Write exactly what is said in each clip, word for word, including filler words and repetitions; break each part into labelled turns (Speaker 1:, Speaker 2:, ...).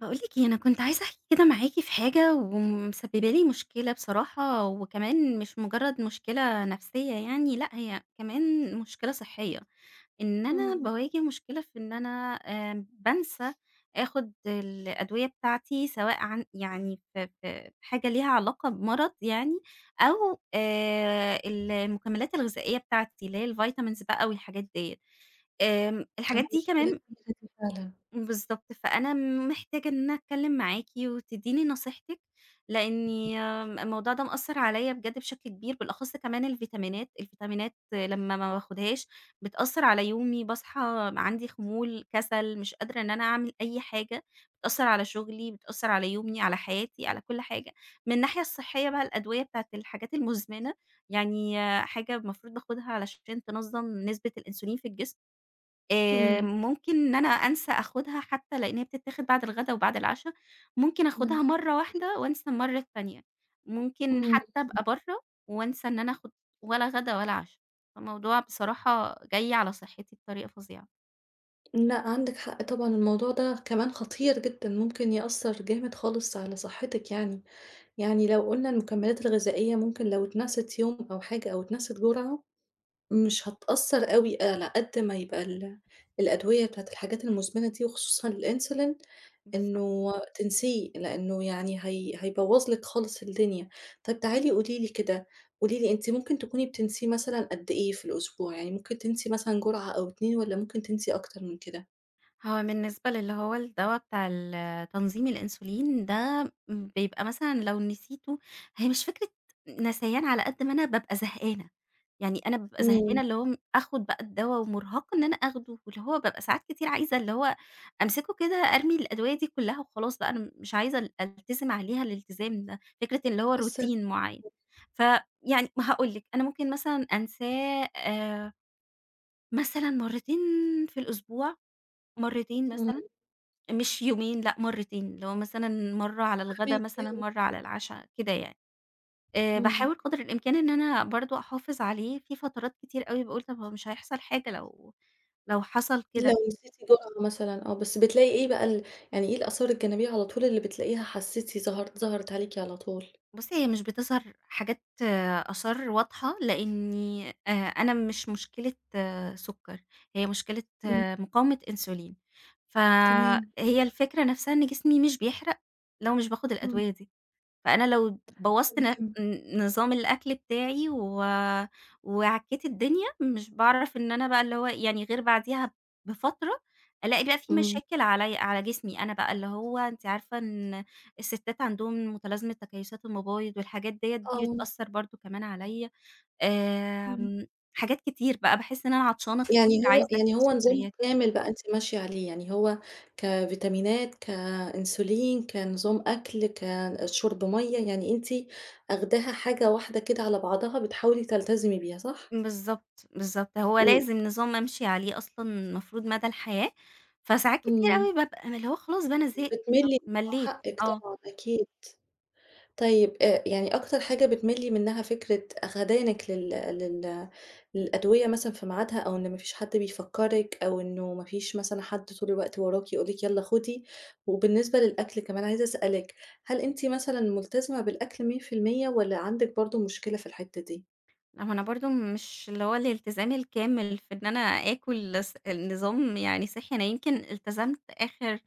Speaker 1: باقول لِك إيه، أنا كنت عايزة أحكي كده معاكِ في حاجة ومسببة لي مشكلة بصراحة، وكمان مش مجرد مشكلة نفسية يعني، لأ هي كمان مشكلة صحية، إن أنا
Speaker 2: إمم،
Speaker 1: باواجه مشكلة في إن أنا آآ بانسى آخد الأدوية بتاعتي، سواء عن يعني في في حاجة ليها علاقة بمرض يعني، أو آآ المكملات الغذائية بتاعتي، اللي هي الvitamins بقى والحاجات ديّة. آمم
Speaker 2: آه،
Speaker 1: الحاجات دي
Speaker 2: مشكلة
Speaker 1: كمان
Speaker 2: كبيرة دي فعلًا.
Speaker 1: بالضبط، فأنا محتاجة إن أنا أتكلّم معاكِ وتدّيني نصيحتِك، لإنّي آمم الموضوع ده مأثّر عليّا بجد بشكل كبير، بالأخص كمان الفيتامينات، الفيتامينات لمّا ما باخدهاش بتأثّر على يومي، باصحى عندي خمول، كسل، مش قادرة إن أنا أعمل أي حاجة، بتأثّر على شغلي، بتأثّر على يومي، على حياتي، على كل حاجة. من الناحية الصحّية بقى الأدوية بتاعة الحاجات المُزمِنة، يعني آه، حاجة المفروض باخدها علشان تنظّم نسبة الأنسولين في الجسم، آآ
Speaker 2: إمم.
Speaker 1: ممكن إن أنا أنسى آخُدها حتى لإن هي بتتاخد بعد الغدا وبعد العشا، ممكن
Speaker 2: يا
Speaker 1: آخُدها
Speaker 2: نهار
Speaker 1: مرّة
Speaker 2: أبيض!
Speaker 1: واحدة وأنسى المرّة التانية، ممكن
Speaker 2: إمم.
Speaker 1: حتى أبقى برّه وأنسى إن أنا آخُد ولا غدا ولا عشا، فالموضوع بصراحة جاي على صحّتي بطريقة فظيعة.
Speaker 2: لأ عندِك حق طبعًا، الموضوع ده كمان خطير جدًا، ممكن يأثّر جامد خالص على صحتِك يعني. يعني لو قُلنا المكملات الغذائية ممكن لو اتنست يوم أو حاجة أو اتنست جرعة مش هتأثّر أوي آه، على قد ما يبقى ال الأدوية بتاعة الحاجات المُزمنة دي وخصوصًا الإنسولين
Speaker 1: بالضبط.
Speaker 2: إنه تنسيه، لإنه يعني هي هيبوّظ لِك خالص الدنيا. طيب تعالي قولي لي كده، قولي لي أنتِ ممكن تكوني بتنسيه مثلًا قد إيه في الأسبوع؟ يعني ممكن تنسي مثلًا جرعة أو اتنين والّا ممكن تنسي أكتر من كده؟
Speaker 1: هو بالنسبة للي هو الدوا بتاع ال تنظيم الأنسولين ده م بيبقى مثلًا لو نسيته، هي مش فكرة نسيان على قد ما أنا بابقى زهقانة، يعني أنا بابقى
Speaker 2: إمم.
Speaker 1: زهقانة اللي هو م آخد بقى الدوا ومرهقة إن أنا آخده، واللي هو بابقى ساعات كتير عايزة اللي هو أمسكه كده أرمي الأدوية دي كلها وخلاص بقى أنا مش عايزة ال ألتزم عليها الالتزام ده، فكرة اللي هو
Speaker 2: حاسة.
Speaker 1: روتين معيّن. فيعني هاقول لِك أنا ممكن مثلًا أنساه آآ مثلًا مرتين في الأسبوع، مرتين
Speaker 2: إمم.
Speaker 1: مثلًا. مش يومين لأ، مرّتين، اللي هو مثلًا مرّة على الغدا
Speaker 2: فاهماكِ
Speaker 1: مثلًا،
Speaker 2: آه.
Speaker 1: مرّة على العشا، كده يعني. آآ
Speaker 2: إمم.
Speaker 1: باحاول قدر الإمكان إن أنا برضه أحافظ عليه، في فترات كتير أوي باقول طَب هو مش هيحصل حاجة لو لو حصل كده.
Speaker 2: لو نسيتِ جرعة مثلًا آه، بس بتلاقي إيه بقى ال يعني إيه الآثار الجانبية على طول اللي بتلاقيها حسيتِ ظهرت ظهرت عليكِ على طول؟
Speaker 1: بُصّي، هي مش بتظهر حاجات آثار واضحة، لإني آآ أنا مش مشكلة سُكّر، هي مشكلة
Speaker 2: إمم.
Speaker 1: مقاومة أنسولين،
Speaker 2: تمام.
Speaker 1: فهي الفكرة نَفْسها إن جسمي مش بيحرق لو مش باخُد
Speaker 2: إمم.
Speaker 1: الأدوية دي. فأنا لو بوّظت ن
Speaker 2: تمام.
Speaker 1: نظام الأكل بتاعي و وعكّيت الدنيا، مش باعرف إن أنا بقى اللي هو يعني غير بعديها بفترة، ألاقي بقى في
Speaker 2: إمم.
Speaker 1: مشاكل علي على جسمي أنا بقى، اللي هو أنتِ عارفة إن الستات عندهم متلازمة تكيسات المبايض والحاجات ديّة، دي
Speaker 2: آه.
Speaker 1: بتأثّر برضه كمان عليَّ،
Speaker 2: إمم.
Speaker 1: آمم، حاجات كتير بقى، باحس إن أنا عطشانة كتير،
Speaker 2: يعني هو
Speaker 1: عايزة
Speaker 2: يعني
Speaker 1: أكل
Speaker 2: هو نظام
Speaker 1: سكريات.
Speaker 2: كامل بقى أنتِ ماشية عليه، يعني هو كفيتامينات، كإنسولين، كنظام أكل، كشرب مَيّة، يعني أنتِ آخداها حاجة واحدة كده على بعضها بتحاولي تلتزمي بيها، صح؟
Speaker 1: بالضبط، بالضبط. هو
Speaker 2: و
Speaker 1: لازم نظام أمشي عليه أصلًا المفروض مدى الحياة، فساعات كتير
Speaker 2: إمم.
Speaker 1: أوي بابقى اللي هو خلاص بقى أنا زهقت، طب
Speaker 2: بتملّي
Speaker 1: ملّيت
Speaker 2: حقِّك
Speaker 1: آه.
Speaker 2: طبعًا أكيد. طيب آآ يعني أكتر حاجة بتملّي منها فكرة غداينِك لل لل للأدوية مثلًا في ميعادها، أو إن ما فيش حد بيفكّرِك، أو إنه ما فيش مثلًا حد طول الوقت وراكِ يقول لِك يالّا خُدي. وبالنسبة للأكل كمان عايزة أسألِك، هل أنتِ مثلًا ملتزمة بالأكل مية في المية والّا عندِك برضه مشكلة في الحتّة دي؟
Speaker 1: ما هو أنا برضه مش اللي هو الالتزام الكامل في إن أنا آكل س نظام يعني صحّي، أنا يمكن التزمت آخر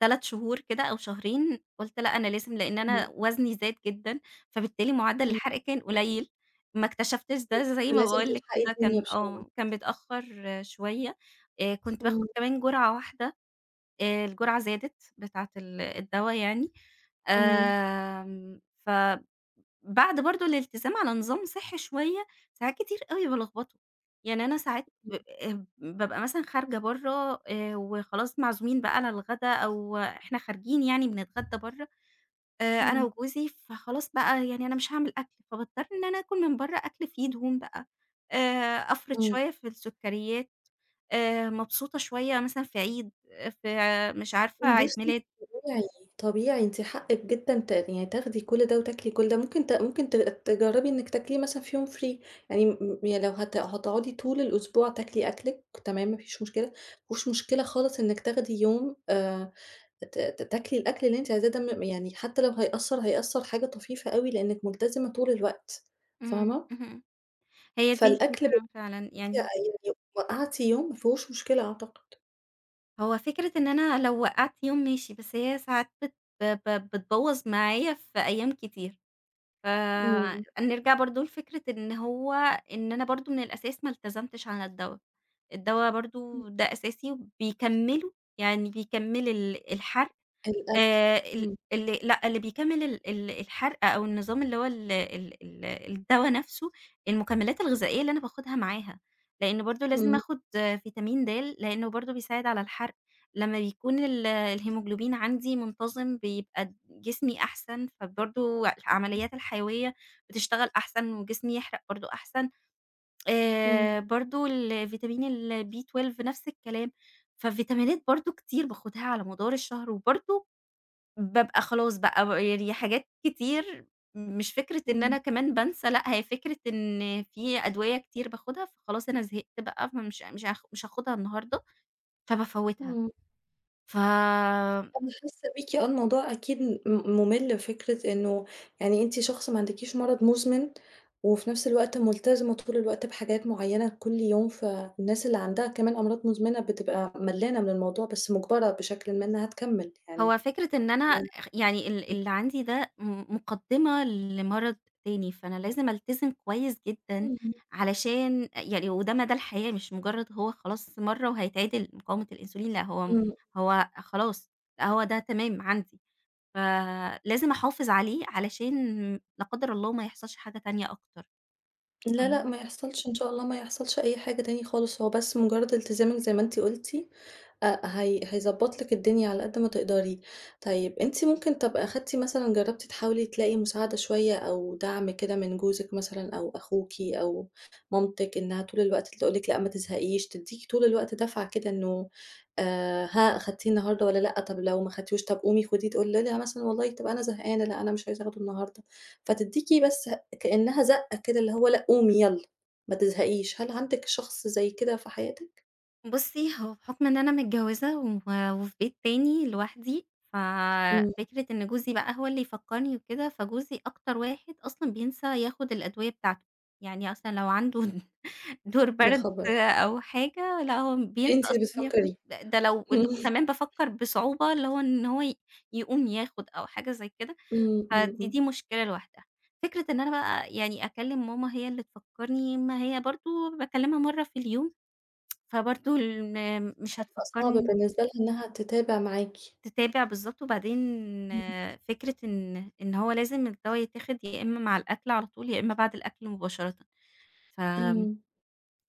Speaker 1: ثلاثة شهور كده أو شهرين، قُلت لأ أنا لازم لإن
Speaker 2: إمم.
Speaker 1: أنا وزني زاد جدًا، فبالتالي معدل
Speaker 2: إمم.
Speaker 1: الحرق كان قليل، ما اكتشفتش
Speaker 2: إمم.
Speaker 1: ده زي ما
Speaker 2: فلازم
Speaker 1: باقول لِك
Speaker 2: تلحقي
Speaker 1: كده
Speaker 2: الدنيا
Speaker 1: كان
Speaker 2: بسرعة.
Speaker 1: آه، كان متأخّر شوية، آآ كنت
Speaker 2: إمم.
Speaker 1: باخد كمان جرعة واحدة، آآ الجرعة زادت بتاعة ال الدوا يعني،
Speaker 2: إمم.
Speaker 1: آمم فبعد برضه الالتزام على نظام صحّي شوية، ساعات كتير أوي بالخبطه، يعني أنا ساعات ب آآ بابقى مثلًا خارجة برّه آآ وخلاص معزومين بقى على الغدا أو إحنا خارجين يعني بنتغدى برّه، آآ أنا
Speaker 2: إمم.
Speaker 1: وجوزي، فخلاص بقى يعني أنا مش هاعمل أكل، فباضطر إن أنا آكل من برّه أكل فيه دهون بقى، آآ أفرط
Speaker 2: إمم.
Speaker 1: شوية في السكريات. آآ مبسوطة شوية مثلًا في عيد، في مش عارفة عيد
Speaker 2: بُصّي،
Speaker 1: ميلاد.
Speaker 2: طبيعي. طبيعي، أنتِ حقِّك جدًا ت يعني تاخدي كل ده وتاكلي كل ده. ممكن ت ممكن ت تجرّبي إنِّك تاكليه مثلًا في يوم free، يعني م يعني لو هت هتقعدي طول الأسبوع تاكلي أكلِك تمام، ما فيش مشكلة، ما فيهوش مشكلة خالص إنِّك تاخدي يوم آآ ت ت تاكلي الأكل اللي أنتِ عايزاه ده، م يعني حتى لو هيأثّر، هيأثّر حاجة طفيفة أوي لإنِّك ملتزمة طول الوقت،
Speaker 1: اهم،
Speaker 2: فاهمة؟
Speaker 1: اهم. هي دي
Speaker 2: فالأكل بال،
Speaker 1: الفكرة فعلًا،
Speaker 2: أنتِ
Speaker 1: يعني
Speaker 2: يعني وقّعتِ يوم ما فيهوش مشكلة أعتقد.
Speaker 1: هو فكرة إن أنا لو وقّعت يوم ماشي، بس هي ساعات بت ب ب- بتبوّظ معايا في أيام كتير، ف
Speaker 2: إمم.
Speaker 1: نرجع برضه لفكرة إن هو إن أنا برضه من الأساس ما التزمتش على الدوا، الدوا
Speaker 2: إمم.
Speaker 1: برضه ده أساسي وبيكمّله، يعني بيكمّل ال الحرق. آآ
Speaker 2: الأكل.
Speaker 1: ال
Speaker 2: إمم.
Speaker 1: اللي لأ، اللي بيكمّل ال ال الحرق أو النظام اللي هو ال ال ال الدوا نَفْسه، المكمّلات الغذائية اللي أنا باخُدها معاها، لإن برضه لازم
Speaker 2: إمم.
Speaker 1: آخُد آه، فيتامين د لإنه برضه بيساعد على الحرق، لمّا بيكون ال الhemoglobin عندي منتظم بيبقى د جسمي أحسن، فبرضه العمليات الحيوية بتشتغل أحسن وجسمي يحرق برضه أحسن،
Speaker 2: إمم.
Speaker 1: آآ برضه الفيتامين البي تويلف نَفْس الكلام، ففيتامينات برضه كتير باخُدها على مدار الشهر وبرضه بابقى خلاص بقى ب يعني حاجات كتير مش فكرة إن
Speaker 2: إمم.
Speaker 1: أنا كمان بانسى، لأ هي فكرة إن في أدوية كتير باخدها، فخلاص أنا زهقت بقى فمش مش هاخ مش هاخدها النهارده، فبافوّتها.
Speaker 2: إمم.
Speaker 1: ف
Speaker 2: أنا حاسة بيكِ آه، الموضوع أكيد م مُمِل فكرة إنه يعني أنتِ شخص ما عندكيش مرض مزمن، وفي نفس الوقت ملتزمة طول الوقت بحاجات معيّنة كل يوم، فالناس اللي عندها كمان أمراض مزمنة بتبقى ملّانة من الموضوع، بس مُجبرة بشكلٍ ما إنها
Speaker 1: بالضبط.
Speaker 2: تكمّل يعني.
Speaker 1: هو فكرة إن أنا
Speaker 2: ف
Speaker 1: خ يعني ال اللي عندي ده م مقدِّمة لمرض تاني، فأنا لازم ألتزم كويس جدًا
Speaker 2: إمم.
Speaker 1: علشان يعني وده مدى الحياة مش مجرد هو خلاص مرّة وهيتعدل مقاومة الأنسولين، لأ هو م
Speaker 2: إمم.
Speaker 1: هو خلاص، لأ هو ده تمام عندي. فلازم أحافظ عليه علشان لا قدر الله ما يحصلش حاجة تانية أكتر.
Speaker 2: لا، لأ،
Speaker 1: تمام.
Speaker 2: ما يحصلش إن شاء الله، ما يحصلش أي حاجة تاني خالص. هو بس مجرد التزامِك زي ما أنتِ قُلتِ، أ هي هيضبّط لِك الدنيا على قد ما تقدري. طيب أنتِ ممكن، طَب أخدتِ مثلًا جرّبتِ تحاولي تلاقي مساعدة شوية أو دعم كده من جوزِك مثلًا أو أخوكِ أو مامتِك، إنها طول الوقت تقول لِك لأ ما تزهقيش، تدّيكِ طول الوقت دَفعة كده إنه آآ ها أخدتيه النهارده والّا لأ، طَب لو ما خدتيهوش طَب قومي خديه، تقول لها مثلًا والله طَب أنا زهقانة، لأ أنا مش عايزة آخده النهارده. فتدّيكِ بس كإنها زَقّة كده، اللي هو لأ قومي يالّا، ما تزهقيش. هل عندِك شخص زي كده في حياتِك؟
Speaker 1: بُصّي، هو بحُكم إن أنا متجوّزة و وفي بيت تاني لوحدي،
Speaker 2: إمم.
Speaker 1: ففكرة إن جوزي بقى هو اللي يفكّرني وكده، فجوزي أكتر واحد أصلًا بينسى ياخُد الأدوية بتاعته. يعني أصلًا لو عنده دور
Speaker 2: يا
Speaker 1: برد
Speaker 2: خبر!
Speaker 1: أو حاجة، لأ هو بينسى
Speaker 2: أنتِ اللي
Speaker 1: أصلًا ياخُد
Speaker 2: بتفكّري.
Speaker 1: ده ده لو ود وكمان بافكّر بصعوبة اللي هو إن هو ي يقوم ياخُد أو حاجة زي كده.
Speaker 2: إمم. إمم.
Speaker 1: فدي
Speaker 2: إمم.
Speaker 1: دي مشكلة لوحدها. فكرة إن أنا بقى يعني أكلّم ماما هي اللي تفكّرني، ما هي برضه باكلّمها مرّة في اليوم، فبرضه ال مش
Speaker 2: هيبقى صعب
Speaker 1: هتفكّرني
Speaker 2: بالنسبة لها إنها تتابع معاكِ.
Speaker 1: تتابع بالضبط، وبعدين
Speaker 2: إمم.
Speaker 1: آه، فكرة إن إن هو لازم الدوا يتاخد يا إمّا مع الأكل على طول، يا إمّا بعد الأكل مباشرةً،
Speaker 2: إمم.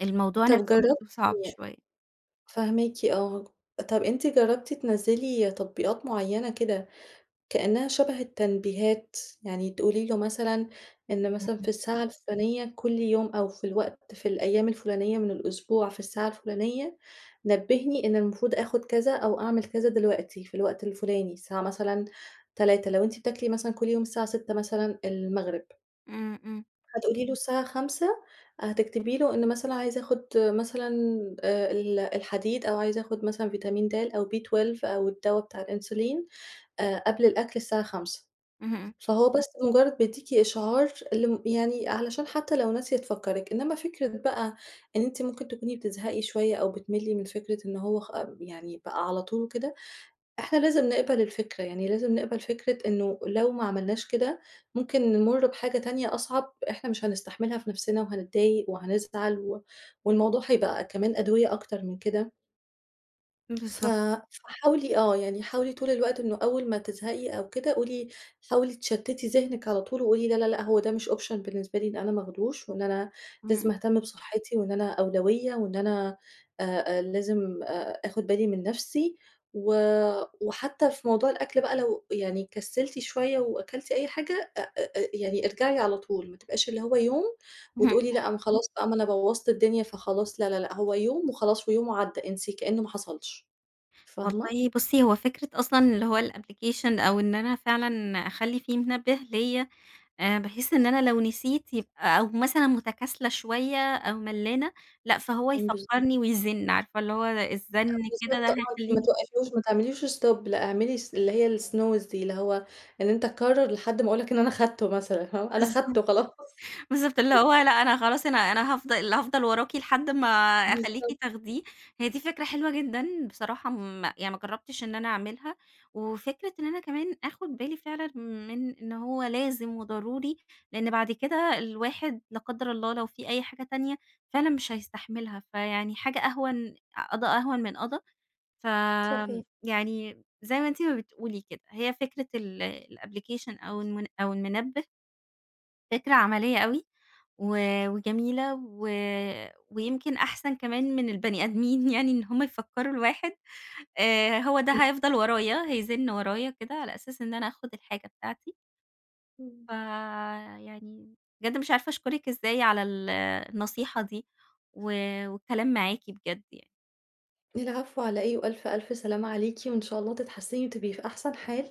Speaker 1: فالموضوع
Speaker 2: طب
Speaker 1: نَفْسه برضه صعب
Speaker 2: جرّبتِ
Speaker 1: شوية.
Speaker 2: فاهماكِ آه. طب أنتِ جرّبتِ تنزّلي تطبيقات معيّنة كده كإنها شبه التنبيهات، يعني تقولي له مثلًا إن مثلًا في
Speaker 1: اهم.
Speaker 2: الساعة الفلانية كل يوم، أو في الوقت في الأيام الفلانية من الأسبوع في الساعة الفلانية، نبّهني إن المفروض آخُد كذا أو أعمل كذا دلوقتي في الوقت الفلاني، الساعة مثلًا تلاتة، لو أنتِ بتاكلي مثلًا كل يوم الساعة ستة مثلًا المغرب،
Speaker 1: إمم، إمم،
Speaker 2: هتقولي له الساعة خمسة، هتكتبي له إن مثلًا عايزة آخُد مثلًا آآ ال الحديد، أو عايزة آخُد مثلًا فيتامين د أو بي تويلف أو الدوا بتاع الأنسولين آآ قبل الأكل الساعة خمسة.
Speaker 1: اهم،
Speaker 2: فهو بس مجرد بيديكِ إشعار لم يعني علشان حتى لو ناسية تفكّرِك، إنما فكرة بقى إن أنتِ ممكن تكوني بتزهقي شوية أو بتملّي من فكرة إن هو خ يعني بقى على طول وكده، إحنا لازم نقبل الفكرة، يعني لازم نقبل فكرة إنه لو ما عملناش كده ممكن نمُر بحاجة تانية أصعب إحنا مش هنستحملها في نفسنا وهنتضايق وهنزعل، و والموضوع هيبقى كمان أدوية أكتر من كده. ف
Speaker 1: بالضبط.
Speaker 2: فحاولي آه، يعني حاولي طول الوقت إنه أول ما تزهقي أو كده قولي، حاولي تشتتي ذهنِك على طول وقولي لا، لا، لأ، هو ده مش option بالنسبة لي، إن أنا ما اخدوش، وإن أنا لازم
Speaker 1: إمم،
Speaker 2: أهتم بصحتي، وإن أنا أولوية، وإن أنا آآ، آآ، لازم آآ، آخد بالي من نفسي، و وحتى في موضوع الأكل بقى لو يعني كسلتِ شوية وأكلتِ أي حاجة أ أ أ يعني ارجعي على طول، ما تبقاش اللي هو يوم
Speaker 1: اهم.
Speaker 2: وتقولي لأ، ما خلاص بقى، ما أنا بوّظت الدنيا فخلاص. لا، لا، لأ، هو يوم وخلاص، ويوم عدّى انسي كأنه ما حصلش. فاهمة؟
Speaker 1: والله بُصّي، هو فكرة أصلًا اللي هو الapplication أو إن أنا فعلًا أخلّي في منبه ليّا، آآ بحيث إن أنا لو نسيت يبقى أو مثلًا متكاسلة شوية أو ملّانة، لأ فهو
Speaker 2: إمم. بالضبط.
Speaker 1: يفكّرني ويزِن، عارفة اللي هو الزَن كده ده
Speaker 2: بالضبط آه، أنتِ ما
Speaker 1: هيخلّيني
Speaker 2: توقفيهوش، ما تعمليش stop، لأ، اعملي س اللي هي الsnooze دي، اللي هو إن أنت تكرر لحد ما أقول لك إن أنا خدته مثلًا، فاهمة؟ أنا خدته
Speaker 1: بالضبط.
Speaker 2: خلاص.
Speaker 1: بالضبط، اللي هو لأ أنا خلاص أنا أنا هافضل هافضل وراكِ لحد ما أخلّيكِ
Speaker 2: بالضبط.
Speaker 1: تاخديه، هي دي فكرة حلوة جدًا بصراحة ما يعني ما جرّبتش إن أنا أعملها، وفكرة إن أنا كمان آخُد بالي فعلًا من إن هو لازم وضروري، لإن بعد كده الواحد لا قدّر الله لو في أي حاجة تانية فعلًا مش هيستحملها، فيعني حاجة أهون قضا أهون من قضا،
Speaker 2: صحيح.
Speaker 1: فآمم يعني زي ما أنتِ ما بتقولي كده، هي فكرة ال الapplication أو المن أو المنبه فكرة عملية أوي، و وجميلة و ويمكن أحسن كمان من البني آدمين يعني إن هُم يفكّروا الواحد، آآ هو ده
Speaker 2: إمم.
Speaker 1: هيفضل ورايا، هيزِن ورايا كده على أساس إن أنا آخُد الحاجة بتاعتي،
Speaker 2: إمم.
Speaker 1: فيعني بجد مش عارفة أشكرِك إزاي على ال النصيحة دي و والكلام معاكِ بجد يعني.
Speaker 2: العفو على إيه، وألف، ألف سلامة عليكِ، وإن شاء الله تتحسني وتبقي في أحسن حال،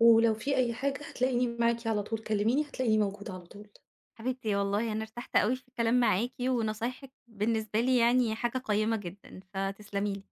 Speaker 2: ولو في أي حاجة هتلاقيني معاكِ على طول، كلميني هتلاقيني موجودة على طول.
Speaker 1: حبيبتي والله أنا ارتحت أوي في الكلام معاكِ ونصايحِك بالنسبة لي يعني حاجة قيّمة جدًا، فتسلمي لي.